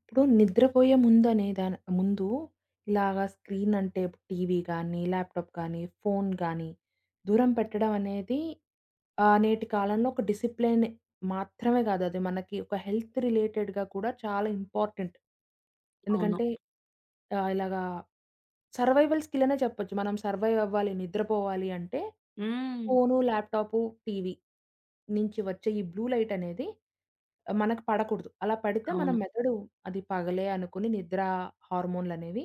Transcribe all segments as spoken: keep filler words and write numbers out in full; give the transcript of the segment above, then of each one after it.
ఇప్పుడు నిద్రపోయే ముందనే దాని ముందు ఇలాగా స్క్రీన్ అంటే టీవీ కానీ, ల్యాప్‌టాప్ కానీ, ఫోను గానీ దూరం పెట్టడం అనేది ఆహ్, నేటి కాలంలో ఒక డిసిప్లిన్ మాత్రమే గాదు. అది మనకి ఒక హెల్త్ రిలేటెడ్‌గా కూడా చాలా ఇంపార్టెంట్. అవును. ఎందుకంటే ఆహ్, ఇలాగా సర్వైవల్ స్కిల్ అనే చెప్పొచ్చు. మనం సర్వైవ్ అవ్వాలి, నిద్రపోవాలి అంటే హ్మ్. ఫోను, ల్యాప్‌టాపు, టీవీ నుంచి వచ్చే ఈ బ్లూ లైట్ అనేది ఆహ్, మనకు పడకూడదు. అలా పడితే మన అవును. మెదడు అది పగలే అనుకుని నిద్ర హార్మోన్‌లనేవి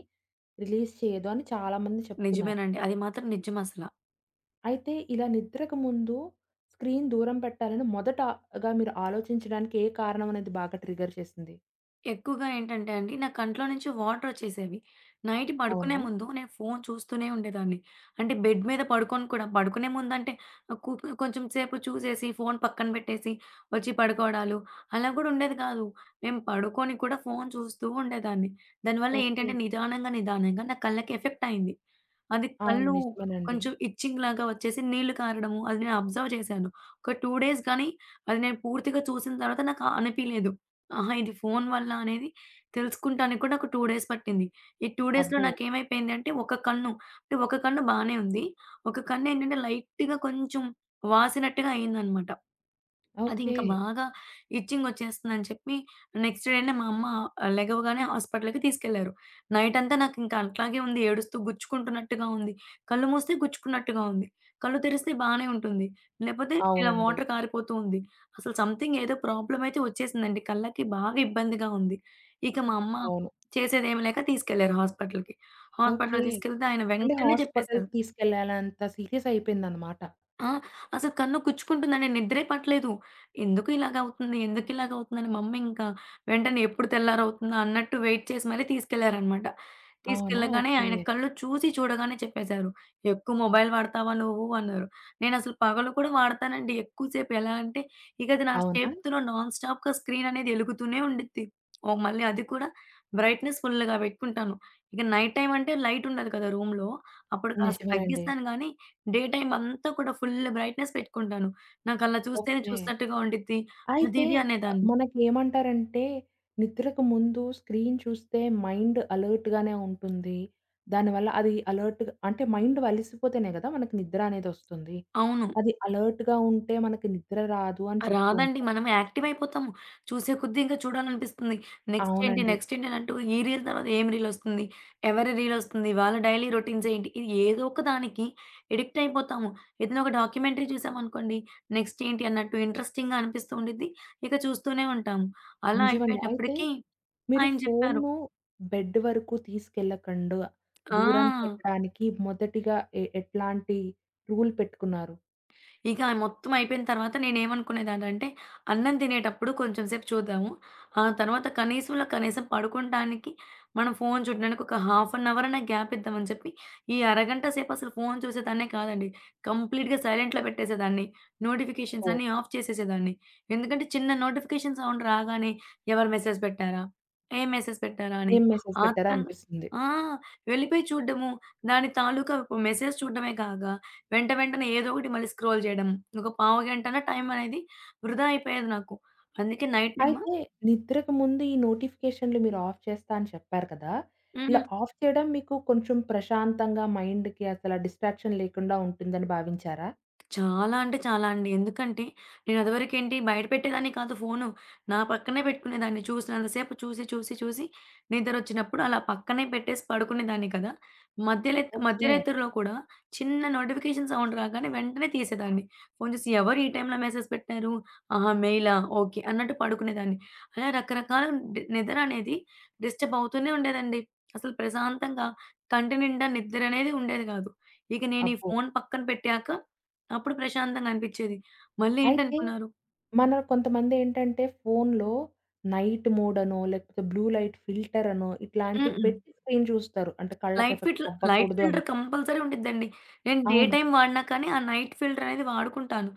రిలీజ్ చేయదు అని చాలామంది చెప్తున్నారు. నిజమేనండి. అది మాత్రం నిజమసల. అయితే ఇలా నిద్రకు ముందు స్క్రీన్ దూరం పెట్టాలని మొదటగా మీరు ఆలోచించడానికి ఏ కారణం అనేది బాగా ట్రిగ్గర్ చేసింది? ఎక్కువగా ఏంటంటే అండి, నా కంట్లో నుంచి వాటరొచ్చేసేవి. నైట్ పడుకునే అవునా? ముందు నేను ఫోను చూస్తూనే ఉండేదాన్ని. అంటే బెడ్ మీద పడుకోను కూడా. పడుకునే ముందంటే ఆహ్, కు కొంచెం సేపు చూసేసి, ఫోను పక్కన పెట్టేసి వచ్చి పడుకోవడాలు అలా గూడా ఉండేది కాదు. నేను పడుకొని కూడా ఫోను చూస్తూ ఉండేదాన్ని. దానివల్ల ఓకే. ఏంటంటే నిదానంగా, నిదానంగా నా కళ్ళకి ఎఫెక్ట్ అయింది. అది అవును. కళ్ళు నిజమేనండి. కొంచెం ఇచ్చింగ్ లాగా వచ్చేసి నీళ్లు కారడము అది నేను అబ్జర్వ్ చేశాను. ఒక రెండు డేస్ గానీ అది నేను పూర్తిగా చూసిన తర్వాత నాకు అనిపియలేదు. అహా! ఇది ఫోను వల్ల అనేది తెలుసుకుంటానికి కూడా ఒక రెండు డేస్ పట్టింది. ఈ రెండు డేస్‌లో అబ్బో! నాకేమైపోయింది అంటే ఒక కన్ను అంటే ఒక కన్ను బానే ఉంది. ఒక కన్నేంటంటే లైట్‌గా కొంచెం వాసినట్టుగా అయిందనమాట. అది ఓకే. ఇంకా బాగా ఇచ్చింగొచ్చేస్తుందని చెప్పి నెక్స్ట్ డేనే మా అమ్మ ఆ, లెగవగానే హాస్పిటల్‌కి తీసుకెళ్లారు. నైట్ అంతా నాకింక అట్లాగే ఉంది. ఏడుస్తూ గుచ్చుకుంటున్నట్టుగా ఉంది. కళ్ళు మూస్తే గుచ్చుకున్నట్టుగా ఉంది. కళ్ళు తెరిస్తే బానే ఉంటుంది. లేపోతే ఇలా అవునండి. వాటర్ కారిపోతూ ఉంది. అసలు సంథింగ్ ఏదో ప్రాబ్లమ్ అయితే వచ్చేసిందండి. కళ్ళకి బాగా ఇబ్బందిగా ఉంది. ఇక మా అమ్మ అవును. చేసేదేమి లేక తీసుకెళ్లారు హాస్పిటల్‌కి. ఓకే. హాస్పిటల్‌కి తీసుకెళ్తే ఆయన అంటే వెంటనే చెప్పేసారు. హాస్పిటల్‌కి తీసుకెళ్ళాలంత సీరియస్ అయిపోయిందన్నమాట. ఆ! అసలు కన్ను గుచ్చుకుంటుందండి. నిద్రే పట్టలేదు. ఎందుకు ఇలాగవుతుంది? ఎందుకు ఇలాగవుతుందని మా అమ్మింక వెంటనే ఎప్పుడు తెల్లారవుతుందా అన్నట్టు వెయిట్ చేసి మరీ తీసుకెళ్లారనమాట. అవునా? తీసుకెళ్ళగానే ఓకే. ఆయన కళ్ళు చూసి చూడగానే చెప్పేశారు. "ఎక్కువ మొబైల్ వాడతావా నువ్వు" అన్నారు. నేనసలు పగలు కూడా వాడతానండి ఎక్కువ సేపు. ఎలా అంటే ఇక అది నా అవునా? చేతిలో నాన్ స్టాప్‌గా స్క్రీన్ అనేది ఎలుగుతూనే ఉండిద్ది. ఓహ్! మళ్ళీ అది కూడా బ్రైట్‌నెస్ ఫుల్‌గా పెట్టుకుంటాను. ఇక నైట్ టైమ్ అంటే లైట్ ఉండదు కదా రూమ్‌లో. అప్పుడు కాస్త నిజమేనండి. తగ్గిస్తాను గానీ డే టైమ్ అంతా కూడా ఫుల్ బ్రైట్‌నెస్ పెట్టుకుంటాను. నాకలా చూస్తేనే ఓకే. చూసినట్టుగా ఉండిద్ది. అది అయితే ఇది ఆహ్, అనేదాన్ని. మనకేమంటారంటే, నిద్రకు ముందు స్క్రీన్ చూస్తే మైండ్ అలర్ట్‌గానే ఉంటుంది. దానివల్ల అది అలర్ట్‌గా అంటే మైండ్ అలిసిపోతేనే గదా! మనకి నిద్ర అనేదొస్తుంది. అవును. అది అలర్ట్‌గా ఉంటే మనకి నిద్ర రాదు అని చెప్తూ రాదండి. ఉంటారు. మనం యాక్టివ్ అయిపోతాము. చూసే కొద్దీ ఇంకా చూడాలనిపిస్తుంది. నెక్స్ట్ ఏంటి? అవునండి. నెక్స్ట్ ఏంటి? అని అంటూ ఈ రీల్ తర్వాత ఏం రీలొస్తుంది? ఎవరి రీలొస్తుంది? వాళ్ళ డైలీ రొటీన్స్ ఏంటి? ఇది ఏదో ఒక దానికి ఎడిక్ట్ అయిపోతాము. ఏదైనా ఒక డాక్యుమెంటరీ చూసామనుకోండి, నెక్స్ట్ ఏంటి అన్నట్టు ఇంట్రెస్టింగ్‌గా అనిపిస్తూ ఉండిద్ది. ఇక చూస్తూనే ఉంటాము. అలా నిజమండి. అయితే అయిపోయేటప్పటికి మీరు ఆయన చెప్పారు. ఫోన్‌ను బెడ్ వరకు తీసుకెళ్ళకండా ఆ! దూరం పెట్టడానికి మొదటిగా ఎ ఎట్లాంటి రూల్ పెట్టుకున్నారు? ఇక మొత్తం అయిపోయిన తర్వాత నేనేమనుకునేదాన్నంటే, అన్నం తినేటప్పుడు కొంచెం సేపు చూద్దాము. ఆ తర్వాత కనీసంలో కనీసం పడుకుంటానికి మనం ఫోను చూడడానికి ఒక హాఫ్ అన్ అవర్ అన్నా గ్యాప్ ఇద్దామని చెప్పి, ఈ అరగంట సేపు అసలు ఫోను చూసేదాన్నే కాదండి. కంప్లీట్‌గా సైలెంట్‌లో పెట్టేసేదాన్ని. నోటిఫికేషన్స్ ఓహ్! అన్నీ ఆఫ్ చేసేసేదాన్ని. ఎందుకంటే చిన్న నోటిఫికేషన్ సౌండ్ రాగానే ఎవరు మెసేజ్ పెట్టారా? ఏం మెసేజ్ పెట్టారా? అని ఏం మెసేజ్ పెట్టారా ఆత్రంగా అనిపిస్తుంది. ఆ! వెళ్ళిపోయి చూడ్డము. దాని తాలూకా మెసేజ్ చూడడమే కాక వెంట వెంటనే ఏదో ఒకటి మళ్ళీ స్క్రోల్ చేయడం. ఒక పావుగంటలో టైం అనేది వృధా అయిపోయేది నాకు. అందుకే నైట్ టైమ్ అయితే నిద్రకు ముందు ఈ నోటిఫికేషన్‌లు మీరు ఆఫ్ చేస్తా అని చెప్పారు కదా! హ్మ్. ఇలా ఆఫ్ చేయడం మీకు కొంచెం ప్రశాంతంగా మైండ్‌కి అసల డిస్ట్రాక్షన్ లేకుండా ఉంటుందని భావించారా? చాలా అంటే చాలా అండి. ఎందుకంటే నేను అదివరకేంటి బయట పెట్టేదాన్ని కాదు ఫోను. నా పక్కనే పెట్టుకునేదాన్ని. చూసినంత సేపు చూసి, చూసి, చూసి నిద్రొచ్చినప్పుడు అలా పక్కనే పెట్టేసి పడుకునేదాన్ని కదా! మధ్యలెత్ ఓకే. మధ్యరాత్రిలో కూడా చిన్న నోటిఫికేషన్ సౌండ్ రాగానే వెంటనే తీసేదాన్ని. ఫోను చూసి ఎవరు ఈ టైంలో మెసేజ్ పెట్టారు? ఆహా! మెయిలా? ఓకే. అన్నట్టు పడుకునేదాన్ని. అలా రకరకాల డి నిద్ర అనేది డిస్టర్బ్ అవుతూనే ఉండేదండి. అసలు ప్రశాంతంగా కంటి నిండా నిద్రనేది ఉండేది కాదు. ఇక నేను ఈ అబ్బో! ఫోను పక్కన పెట్టాక అప్పుడు ప్రశాంతంగా అనిపిచ్చేది. మళ్ళీ అయితే ఏంటనుకున్నారు మన కొంతమందేంటంటే ఫోన్‌లో నైట్ మోడ్ అనో, లేకపోతే బ్లూ లైట్ ఫిల్టర్ అనో ఇట్లాంటివి హ్మ్. పెట్టి స్క్రీన్ చూస్తారు. అంటే కళ్ళకి లైట్ ఎఫెక్ట్ ఫిల్టర్ లైట్ అవ్వకూడదు ఫిల్టర్ అని. కంపల్సరీ ఉండిద్దండి. నేను డే అవును. టైమ్ వాడినా కానీ, ఆ నైట్ ఫిల్టర్ అనేది వాడుకుంటాను.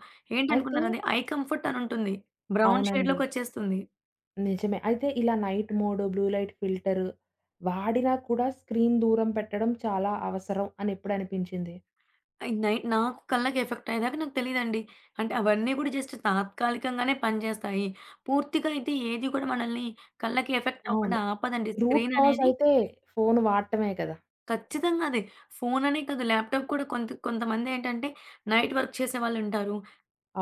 అయితే ఏంటనుకున్నారు అది ఐ కంఫర్ట్ అని ఉంటుంది. బ్రౌన్ అవునండి. షేడ్‌లోకొచ్చేస్తుంది. నిజమే. అయితే ఇలా night mode, blue light filter వాడినా కూడా స్క్రీన్ దూరం పెట్టడం చాలా అవసరం అని ఎప్పుడు అనిపించింది? అది నైట్ నాకు కళ్ళకి ఎఫెక్ట్ అయ్యేదాకా నాకు తెలీదండి. అంటే అవన్నీ కూడా జస్ట్ తాత్కాలికంగానే పనిచేస్తాయి. పూర్తిగా అయితే ఏది కూడా మనల్ని కళ్ళకి ఎఫెక్ట్ అవును. అవ్వకుండా ఆపదండి. రూట్ స్క్రీన్ కాజ్ అనేది అయితే ఫోను వాడటమే కదా! ఖచ్చితంగా అదే. ఫోన్ అనే కాదు ల్యాప్‌టాప్ కూడా కొంత కొంతమందేంటంటే నైట్ వర్క్ చేసేవాళ్ళుంటారు.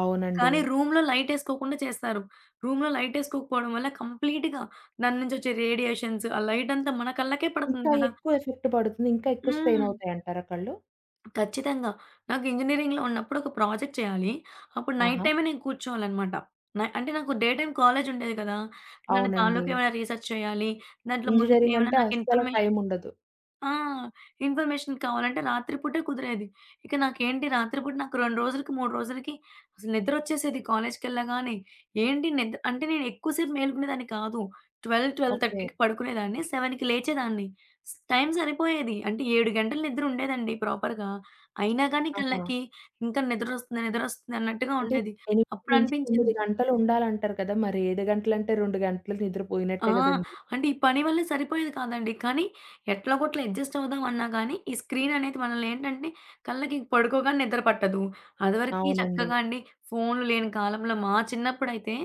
అవునండి. కానీ రూమ్‌లో లైటేసుకోకుండా చేస్తారు. రూమ్‌లో లైటేసుకోకపోవడం వల్ల కంప్లీట్‌గా దాని నుంచి వచ్చే రేడియేషన్స్, ఆ లైటంతా మన కళ్ళకే పడుతుంది ఇంకా కదా! ఎక్కువ ఎఫెక్ట్ పడుతుంది. ఇంకా ఎక్కువ స్ట్రెయిన్ హ్మ్. అవుతాయంటారా కళ్ళు? ఖచ్చితంగా. నాకు ఇంజినీరింగ్‌లో ఉన్నప్పుడు ఒక ప్రాజెక్ట్ చేయాలి. అప్పుడు నైట్ ఆహా! టైమే నేను కూర్చోవాలనమాట. నై అంటే నాకు డే టైమ్ కాలేజ్ ఉండేది కదా! దాని అవునండి. తాలూకా ఏమైనా రీసెర్చ్ చేయాలి. దాంట్లో ముందుకు ఇంజినీరింగ్ ఏమైనా అంటే నాకు అస్సలు ఇన్ఫర్మేషన్ టైమ్ ఉండదు. ఆ! ఇన్ఫర్మేషన్ కావాలంటే రాత్రి పూటే కుదిరేది. ఇక నాకేంటి రాత్రి పూట నాకు రెండు రోజులకి, మూడు రోజులకి అసలు నిద్రొచ్చేసేది కాలేజ్‌కెళ్ళగానే. ఏంటి నిద్ర అంటే నేను ఎక్కువ సేపు మేలుకునేదాన్ని కాదు. పన్నెండు, ఓకే. 12:30కి పడుకునేదాన్ని. ఏడుకి లేచేదాన్ని. స్ టైం సరిపోయేది. అంటే ఏడు గంటలు నిద్ర ఉండేదండి ప్రాపర్‌గా. అయినా గానీ ఆహా! కళ్ళకి ఇంకా నిద్రొస్తుంది, నిద్రొస్తుంది అన్నట్టుగా అంటే ఉండేది. ఎనిమిది తొమ్మిది అప్పుడనిపించింది గంటలు ఉండాలంటారు కదా! మరి ఏడు గంటలంటే రెండు గంటలు ఆ! నిద్రపోయినట్టే గదండీ! అంటే ఈ పని వల్ల సరిపోయేది కాదండి. కానీ ఎట్లాగొట్లా అడ్జస్ట్ అవుదాం అన్నా గానీ, ఈ స్క్రీన్ అనేది మనల్ని ఏంటంటే కళ్ళకి పడుకోగానే నిద్ర పట్టదు. అదివరకి అవునండి. చక్కగా అండి ఫోన్‌లు లేని కాలంలో మా చిన్నప్పుడైతే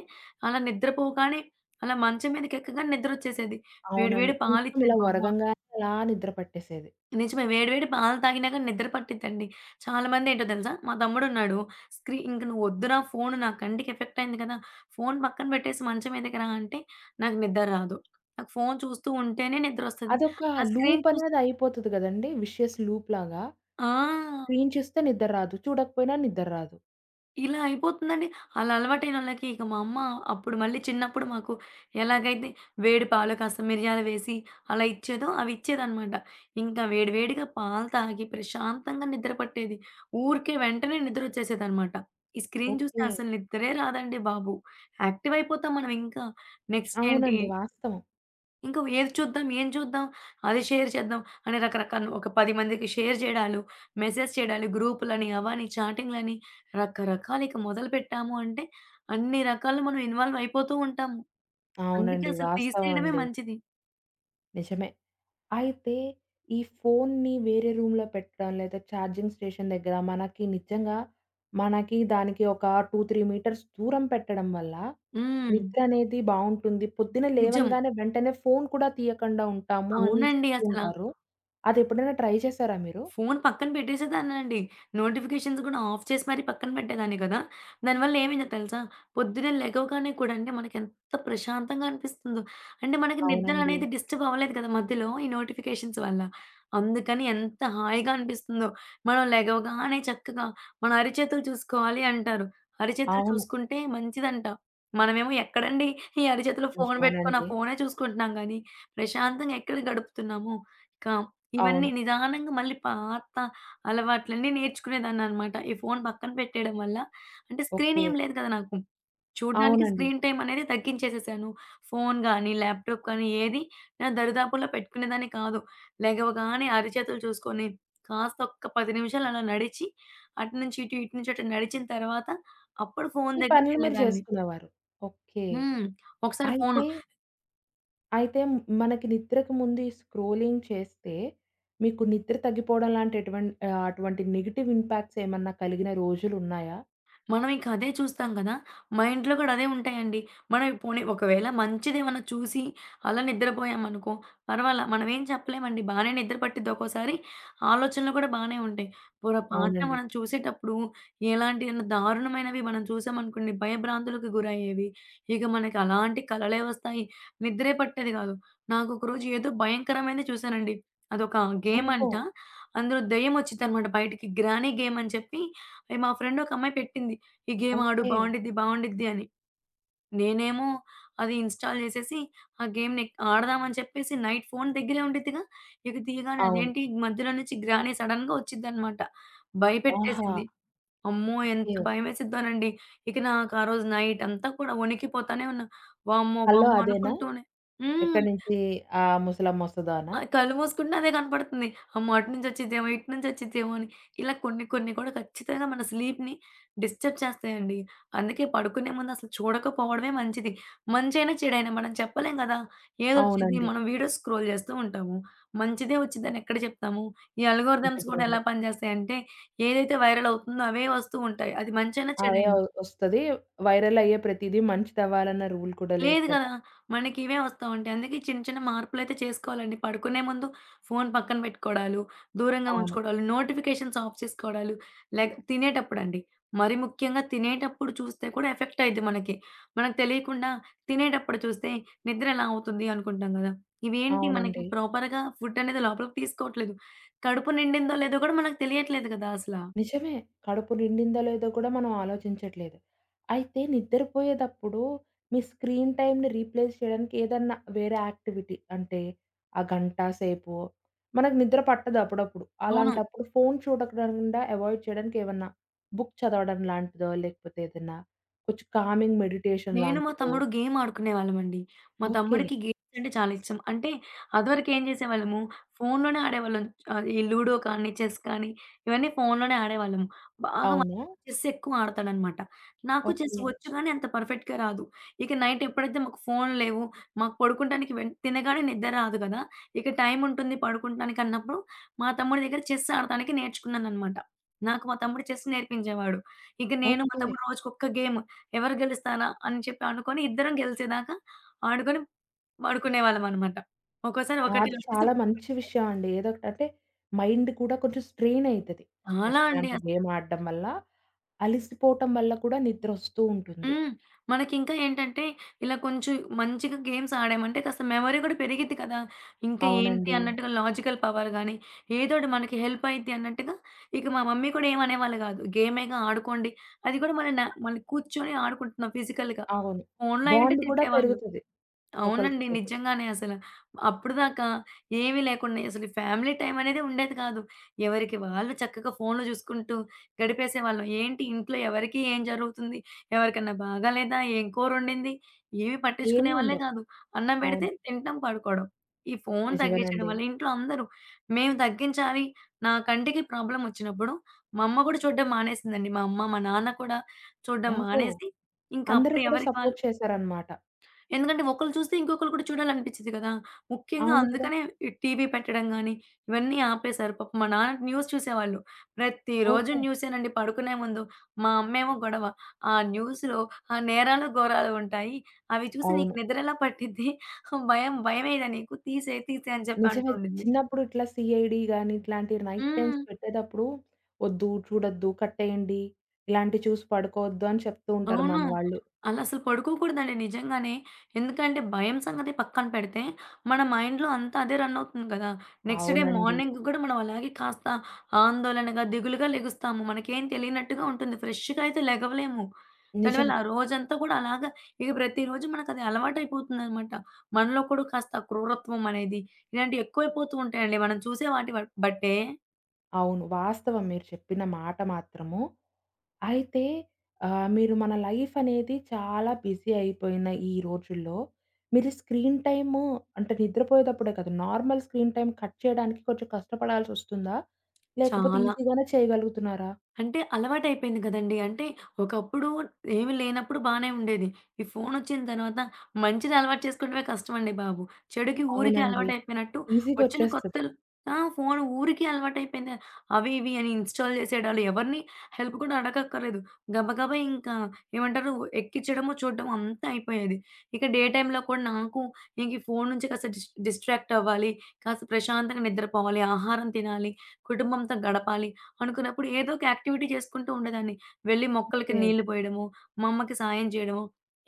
అలా నిద్రపోగానే అలా మంచం మీదకెక్కగానే నిద్రొచ్చేసేది. వేడి అవునండి. వేడి కొంచెం పాలిచ్చేది ఇలా మా అమ్మ. ఒరగంగానే అలా నిద్ర పట్టేసేది. నిజమే. వేడి వేడి పాలు తాగినా గాని నిద్ర పట్టిద్దండి. చాలామందేంటో తెలుసా? మా తమ్ముడున్నాడు. స్క్రీ ఇంక నువ్వొద్దురా ఫోను నా కంటికి ఎఫెక్ట్ అయింది కదా! ఫోను పక్కన పెట్టేసి మంచం మీదకి రా అంటే, నాకు నిద్ర రాదు. నాకు ఫోను చూస్తూ ఉంటేనే నిద్రొస్తది. అదొక ఆ స్క్రీన్ లూప్ చూస్తూ అనేది అయిపోతది గదండీ! విషియస్ లూప్ లాగా. ఆ! స్క్రీన్ చూస్తే నిద్ర రాదు. చూడకపోయినా నిద్ర రాదు. ఇలా అయిపోతుందండి. అలా అలవాటైనోళ్ళకి ఇక మా అమ్మ అప్పుడు మళ్ళీ చిన్నప్పుడు మాకు ఎలాగైతే వేడి పాలు కాస్త మిరియాలు వేసి అలా ఇచ్చేదో అవి ఇచ్చేదనమాట. ఇంకా వేడి వేడిగా పాలు తాగి ప్రశాంతంగా నిద్ర పట్టేది. ఊరికే వెంటనే నిద్రొచ్చేసేదనమాట. ఈ స్క్రీన్ చూస్తే ఓకే. అసలు నిద్రే రాదండి బాబు. యాక్టివ్ అయిపోతాం మనం ఇంకా. నెక్స్ట్ ఏంటి అవునండి. వాస్తవం. ఇంకా ఏది చూద్దాం? ఏం చూద్దాం? అది షేర్ చేద్దాం అని రకరకాల ఒక పది మందికి షేర్ జేయడాలు, మెసేజ్ చేయడాలు, గ్రూపులని, అవని, చాటింగ్‌లని రకరకాలు ఇక మొదలుపెట్టాము అంటే అన్ని రకాలు మనం ఇన్వాల్వ్ అయిపోతూ ఉంటాము. అందుకే అవునండి. అసలు వాస్తవం తీసేయడమే అండి. మంచిది. నిజమే. అయితే ఈ ఫోన్‌ని వేరే రూమ్‌లో పెట్టడం, లేదా ఛార్జింగ్ స్టేషన్ దగ్గర మనకి నిజంగా మనకి దానికి ఒక రెండు, మూడు మీటర్స్ దూరం పెట్టడం వల్ల హ్మ్. నిద్ర అనేది బావుంటుంది. పొద్దున నిజం. లేవంగానే వెంటనే ఫోన్ కూడా తీయకుండా ఉంటాము అని అవునండి చెప్తూ అసల. ఉంటారు. అది ఎప్పుడైనా ట్రై చేశారా మీరు? ఫోను పక్కన పెట్టేసేదాన్నండి. నోటిఫికేషన్స్ గూడా ఆఫ్ చేసి మరీ పక్కన పెట్టేదాన్ని కదా! దానివల్ల ఏమైందో తెలుసా? పొద్దున్నే లెగవగానే కూడా అండి మనకెంత ప్రశాంతంగా అనిపిస్తుందో. అంటే మనకి నిద్ర అవునండి. అనేది డిస్టర్బ్ అవ్వలేదు కదా మధ్యలో ఈ నోటిఫికేషన్స్ వల్ల. అందుకని ఎంత హాయిగా అనిపిస్తుందో. మనం లెగవగానే చక్కగా మన అరిచేతులు చూసుకోవాలి అంటారు. అరిచేతులు అవును. చూసుకుంటే మంచిదంట. మనమేమో ఎక్కడండి ఈ అరిచేతిలో ఫోను బెట్టుకొని ఆ నిజమేనండి. ఫోనే చూసుకుంటున్నాం గానీ, ప్రశాంతంగా ఎక్కడ గడుపుతున్నాము? ఇక ఇవన్నీ అవును. నిదానంగా మళ్ళీ పాత అలవాట్లన్నీ నేర్చుకునేదాన్ననమాట. ఈ ఫోను పక్కన పెట్టేయడం వల్ల అంటే స్క్రీన్ ఓకే. ఏం లేదు కదా నాకు. చూడ్డానికి అవునండి. స్క్రీన్ టైమ్ అనేది తగ్గించేసేసాను. ఫోను గానీ, ల్యాప్‌టాప్ కానీ ఏది నా దరిదాపుల్లో పెట్టుకునేదాన్ని కాదు. లెగవగానే అరచేతులు చూసుకొని కాస్త ఒక్క పది నిమిషాలు అలా నడిచి అటు నుంచి ఇటు, ఇటు నుంచి అటు నడిచిన తర్వాత అప్పుడు ఫోను మీ పనులు మీరు దగ్గరికెళ్ళేదాన్ని. చేసుకునేవారు. ఓకే. హ్మ్. ఒకసారి ఫోను అయితే అయితే మ్- మనకి నిద్రకు ముందు ఈ స్క్రోలింగ్ చేస్తే, మీకు నిద్ర తగ్గిపోవడం లాంటి ఎటువం ఆహ్, అటువంటి నెగెటివ్ ఇంపాక్ట్స్ ఏమన్నా కలిగిన రోజులున్నాయా? మనం ఇంక అదే చూస్తాం కదా! మైండ్‌లో కూడా అదే ఉంటాయండి. మనం పోనీ ఒకవేళ మంచిదేమన్నా చూసి అలా నిద్రపోయామనుకో, పర్వాలా మనం ఏం చెప్పలేమండి. బానే నిద్ర పట్టిద్ది ఒక్కోసారి. ఆలోచనలు కూడా బానే ఉంటాయి. పొరపాటున అవునండి. మనం చూసేటప్పుడు ఎలాంటి ఏమైనా దారుణమైనవి మనం చూసామనుకోండి, భయభ్రాంతులకు గురయ్యేవి. ఇక మనకి అలాంటి కలలే వస్తాయి. నిద్రే పట్టేది కాదు. నాకు ఒకరోజు ఏదో భయంకరమైనది చూసానండి. అదొక గేమ్ ఓహో! అంట. అందులో దెయ్యం వచ్చిద్దనమాట బయటికి. గ్రానీ గేమ్ అని చెప్పి అది మా ఫ్రెండ్ ఒక అమ్మాయి పెట్టింది. ఈ గేమ్ ఆడు ఓకే. బావుండిద్ది, బావుండిద్ది అని. నేనేమో అది ఇన్‌స్టాల్ జేసేసి ఆ గేమ్‌ని ఆడదామని చెప్పేసి నైట్ ఫోను దగ్గరే ఉండిద్దిగా. ఇక తీయగానే అవును. అదేంటి మధ్యలో నుంచి గ్రాని సడెన్‌గా ఒచ్చిద్దనమాట. ఆహా! భయపెట్టేసిద్ది. అమ్మో! ఓకే. ఎంత భయమేసిద్దోనండి. ఇక నాకు ఆ రోజు నైట్ అంతా కూడా వణికిపోతానే ఉన్నా. వామ్మో! కల్లో వామ్మో! అదేనా? అనుకుంటూనే హ్మ్. ఎక్కడి నుంచి ఆ ముసలమ్మొస్తదోనా? ఆ! కళ్ళు మూసుకుంటే అదే కనపడుతుంది. అమ్మో! అటు నుంచొచ్చిద్దేమో, ఇటు నుంచొచ్చిద్దేమో అని ఇలా కొన్ని కొన్ని కూడా ఖచ్చితంగా మన స్లీప్‌ని డిస్టర్బ్ చేస్తాయండి. అందుకే పడుకునే ముందు అసలు చూడకపోవడమే మంచిది. మంచైనా, చెడైనా మనం చెప్పలేం కదా! ఏదొచ్చిద్ది అవునండి. మనం వీడియోస్ స్క్రోల్ చేస్తూ ఉంటాము. మంచిదే వచ్చిద్దని ఎక్కడ చెప్తాము? ఈ అల్గోరిథమ్స్ కూడా ఎలా ఇన్‌స్టాగ్రామ్‌లే. పనిచేస్తాయంటే ఏదైతే వైరల్ అవుతుందో అవే వస్తూ ఉంటాయి. అది మంచైనా, అవే ఒ చెడైనా. ఒస్తది. వైరల్ అయ్యే ప్రతీదీ మంచిదవ్వాలన్న రూల్ కూడా లేదు లేదు కదా! గదా! మనకి ఇవే వస్తా ఉంటాయి. అందుకే చిన్న చిన్న మార్పులైతే చేసుకోవాలండి. పడుకునే ముందు ఫోను పక్కన పెట్టుకోవడాలు, దూరంగా అవును. ఉంచుకోవడాలు, నోటిఫికేషన్స్ ఆఫ్ చేసుకోవడాలు, లైక్ తినేటప్పుడండి. మరి ముఖ్యంగా తినేటప్పుడు చూస్తే కూడా ఎఫెక్ట్ అయిద్ది మనకి. మనకు తెలియకుండా తినేటప్పుడు చూస్తే నిద్ర ఎలా అవుతుంది అనుకుంటాం గదా! ఇవేంటి మనకి అవునండి. ప్రాపర్‌గా ఫుడ్ అనేది లోపలికి తీసుకోవట్లేదు. కడుపు నిండిందో లేదో గూడా మనకు తెలియట్లేదు గదా అసల. నిజమే. కడుపు నిండిందో లేదో కూడా మనం ఆలోచించట్లేదు. అయితే నిద్రపోయేదప్పుడు మీ స్క్రీన్ టైమ్‌ని రీప్లేస్ చేయడానికి ఏదన్నా వేరే యాక్టివిటీ అంటే ఆ గంట సేపు మనకు నిద్ర పట్టదు అప్పుడప్పుడు. అవును. అలాంటప్పుడు ఫోను చూడకుండా అవాయిడ్ చేయడానికి ఏమన్నా బుక్ చదవడం లాంటిదో లేకపోతే ఏదన్నా కొంచెం కామింగ్ మెడిటేషన్ నేను, మా లాంటిదో తమ్ముడు గేమ్ ఆడుకునేవాళ్ళమండి. మా ఓకే. తమ్ముడికి గేమ్స్ అంటే చాలా ఇష్టం. అంటే అదివరకేం చేసేవాళ్ళము, ఫోనులోనే ఆడేవాళ్ళం. ఆహ్, ఈ లూడో కానీ, చెస్ కానీ ఇవన్నీ ఫోనులోనే ఆడేవాళ్ళము. బాగా మా అవునా? చెస్ ఎక్కువ ఆడతాడనమాట. నాకు చెస్ ఓకే. వచ్చు గానీ అంత పర్ఫెక్ట్‌గా రాదు. ఇక నైట్ ఎప్పుడైతే మాకు ఫోనులు లేవు, మాకు పడుకుంటానికి వెన్ తినగానే నిద్ర రాదు కదా! ఇక టైం ఉంటుంది పడుకుంటానికి అన్నప్పుడు, మా తమ్ముడి దగ్గర చెస్ ఆడటానికి నేర్చుకున్నాననమాట. నాకు మా తమ్ముడు చెస్ నేర్పించేవాడు. ఇక నేను, మా ఓకే. తమ్ముడు రోజుకొక గేమ్. ఎవరు గెలుస్తారా అని చెప్పి అనుకోని ఇద్దరం గెలిచేదాకా ఆడుకొని పడుకునేవాళ్ళమనమాట. ఒక్కోసారి ఆ! ఒకటి అది ఆడేసి చాలా మంచి విషయం అండి. ఏదోకటంటే మైండ్ కూడా కొంచెం స్ట్రెయిన్ అయితది. చాలా చెస్ అండి లాంటి అసలు. గేమ్ ఆడడం వల్ల, అలిసిపోవటం వల్ల కూడా నిద్రొస్తూ ఉంటుంది. హ్మ్. మనకింకా ఏంటంటే ఇలా కొంచెం మంచిగా గేమ్స్ ఆడామంటే కాస్త మెమరీ కూడా పెరిగిద్ది కదా! ఇంకా ఏంటి అవునండి. అన్నట్టుగా లాజికల్ పవర్ గాని, ఏదోటి మనకి హెల్ప్ అయిద్ది అన్నట్టుగా ఇక మా మమ్మీ కూడా ఏమనేవాళ్ళు గాదు. గేమేగా ఆడుకోండి. అది కూడా మన న మనం కూర్చొని ఆడుకుంటున్నాం ఫిజికల్‌గా. అవును. ఫోన్‌లో అయ్యుంటే బాండ్ కూడా తిట్టేవాళ్ళు. పెరుగుతది అవునండి. ఒకళ్ళకొకళ్ళకి. నిజంగానే అసల. అప్పటిదాకా ఏమీ లేకుండా అసలు ఫ్యామిలీ టైమ్ అనేది ఉండేది కాదు. ఎవరికి వాళ్ళు చక్కగా ఫోన్‌లు చూసుకుంటూ గడిపేసేవాళ్ళం. ఏంటి ఇంట్లో ఎవరికీ ఏం జరుగుతుంది? ఎవరికన్నా బాగాలేదా? ఏం కూరొండింది? ఏమి పట్టించుకునే ఏమీ వాళ్ళే ఉండవు. కాదు. అన్నం పెడితే అవును. తింటం, పడుకోవడం. ఈ ఫోన్ తగ్గించడం నిజమేనండి. వల్ల ఇంట్లో అందరూ మేము తగ్గించాలి. నా కంటికి ప్రాబ్లమ్ వచ్చినప్పుడు మా అమ్మ కూడా చూడడం మానేసిందండి. మా అమ్మ, మా నాన్న కూడా చూడడం ఓహో! మానేసి ఇంకా అందరూ అప్పుడు కూడా ఎవరికి వాళ్ళు సపోర్ట్ చేశారన్నమాట. ఎందుకంటే ఒకళ్ళు చూస్తే ఇంకొకళ్ళు కూడా చూడాలనిపిచ్చిద్ది కదా! ముఖ్యంగా అవును కదా! అందుకనే ఈ టీవీ పెట్టడం గాని, ఇవన్నీ ఆపేశారు. పాపం మా నాన్న న్యూస్ చూసేవాళ్ళు. ప్రతిరోజు ఓహో! న్యూసేనండి పడుకునే ముందు. మా అమ్మేమో గొడవ. "ఆ న్యూస్‌లో ఆహ్, నేరాలు, ఘోరాలు ఉంటాయి. అవి చూసి నీకు అవును. నిద్ర ఎలా పట్టిద్ది? భయం భయమేయదా నీకు? తీసేయి, తీసేయి" అని చెప్పి అంటూ నిజమే. ఉండిద్ది. చిన్నప్పుడు ఇట్లా సీఐడీ గాని, ఇట్లాంటి నైట్ టైమ్స్ హ్మ్. పెట్టేటప్పుడు "వద్దు, చూడొద్దు, కట్టేయండి. ఇలాంటివి చూసి పడుకోవద్దు" అని చెప్తూ ఉంటారు అవును. మన వాళ్ళు. అలా అసలు పడుకోకూడదండి నిజంగానే. ఎందుకంటే భయం సంగతి పక్కన పెడితే, మన మైండ్‌లో అంతా అదే రన్ అవుతుంది కదా! నెక్స్ట్ డే అవునండి. మార్నింగ్ గూడా మనం అలాగే కాస్త ఆందోళనగా, దిగులుగా లెగుస్తాము. మనకేం తెలియనట్టుగా ఉంటుంది. ఫ్రెష్‌గా అయితే లెగవలేము. దానివల్ల నిజమే. ఆ రోజంతా కూడా అలాగా ఇక ప్రతిరోజు మనకది అలవాటైపోతుందనమాట. మనలో కూడా కాస్త క్రూరత్వం అనేది, ఇలాంటివి ఎక్కువైపోతూ ఉంటాయండి. మనం చూసే వాటి బ బట్టే అవును. వాస్తవం మీరు చెప్పిన మాట మాత్రము. అయితే ఆహ్, మీరు మన లైఫ్ అనేది చాలా బిజీ అయిపోయిన ఈ రోజుల్లో, మీరు స్క్రీన్ టైము అంటే నిద్రపోయేటప్పుడే కదా! నార్మల్ స్క్రీన్ టైమ్ కట్ చేయడానికి కొంచెం కష్టపడాల్సొస్తుందా? లేకపోతే చాలా. ఈజీగానే చేయగలుగుతున్నారా? అంటే అలవాటయిపోయింది గదండీ. అంటే ఒకప్పుడు ఏమి లేనప్పుడు బానే ఉండేది. ఈ ఫోనొచ్చిన తర్వాత మంచిని అలవాటు చేసుకోవడమే కష్టమండి బాబు. చెడుకి ఊరికే అవునండి. అలవాటయిపోయినట్టు ఈజీగా వచ్చిన వచ్చేస్తది. కొత్తల్ ఆ! ఫోను ఊరికే అలవాటయిపోయింది. అవి ఇవి అని ఇన్‌స్టాల్ జేసేయడాలు ఎవరిని హెల్ప్ కూడా అడగక్కర్లేదు. గబగబా ఇంకా ఏమంటారు ఎక్కించడము, చూడడము అంతా అయిపోయేది. ఇక డే టైమ్‌లో కూడా నాకు ఇంక ఈ ఫోను నుంచి కాస్త డిస్ డిస్ట్రాక్ట్ అవ్వాలి. కాస్త ప్రశాంతంగా నిద్రపోవాలి. ఆహారం తినాలి. కుటుంబంతో గడపాలి. అనుకున్నప్పుడు ఏదో ఒక యాక్టివిటీ చేసుకుంటూ ఉండేదాన్ని. వెళ్లి మొక్కలకి ఓకే. నీళ్లు పోయడము, మా అమ్మకి సాయం చేయడము,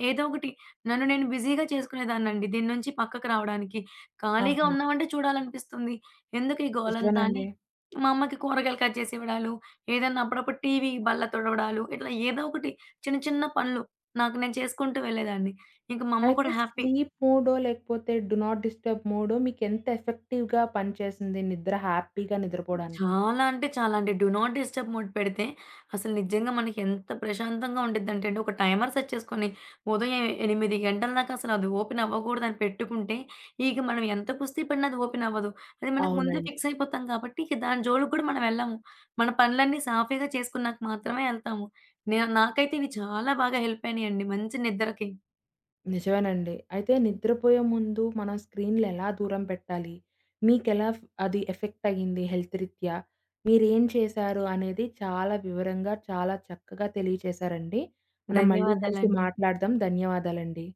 ఏదో ఒకటి నన్ను నేను బిజీగా చేసుకునేదాన్నండి. దీని నుంచి పక్కకు రావడానికి. ఖాళీగా ఆహా! ఉన్నామంటే చూడాలనిపిస్తుంది. ఎందుకు ఈ గోలంతా అని నిజమేనండి. మా అమ్మకి కూరగాయలు కట్ చేసి ఇవ్వడాలు, ఏదన్నా అప్పుడప్పుడు టీవీ బల్ల తుడవడాలు, ఇట్లా ఏదో ఒకటి చిన్న చిన్న పనులు నాకు నేను చేసుకుంటూ వెళ్ళేదాన్ని. ఇంక మా అమ్మ అయితే కూడా హ్యాపీ. స్లీప్ మోడో, లేకపోతే డు నాట్ డిస్టర్బ్ మోడో మీకెంత ఎఫెక్టివ్‌గా పనిచేసింది నిద్ర హ్యాపీగా నిద్రపోడానికి? చాలా అంటే చాలా అండి. డూ నాట్ డిస్టర్బ్ మోడ్ పెడితే అసలు నిజంగా మనకి ఎంత ప్రశాంతంగా ఉండిద్దంటే అండి, ఒక టైమర్ సెట్ చేసుకొని ఉదయం ఎనిమిది గంటల దాకా అసలు అది ఓపెన్ అవ్వకూడదని పెట్టుకుంటే, ఇక మనం ఎంత కుస్తీ పడినా అది ఓపెన్ అవ్వదు. అది మనకు ముందే అవునండి. ఫిక్స్ అయిపోతాం కాబట్టి ఇక దాని జోలికి కూడా మనం వెళ్ళము. మన పనులన్నీ సాఫీగా చేసుకున్నాక మాత్రమే ఎళ్తాము. నే నాకైతే ఇవి చాలా బాగా హెల్ప్ అయినాయండి మంచి నిద్రకి. నిజమేనండి. అయితే నిద్రపోయే ముందు మనం స్క్రీన్‌లెలా దూరం పెట్టాలి? మీకెలా ఫ్ అది ఎఫెక్ట్ అయింది హెల్త్ రీత్యా? మీరేం చేశారు అనేది చాలా వివరంగా, చాలా చక్కగా తెలియచేశారండి. మనం మళ్ళీ కలిసి ధన్యవాదాలండి. మాట్లాడదాం. ధన్యవాదాలండి.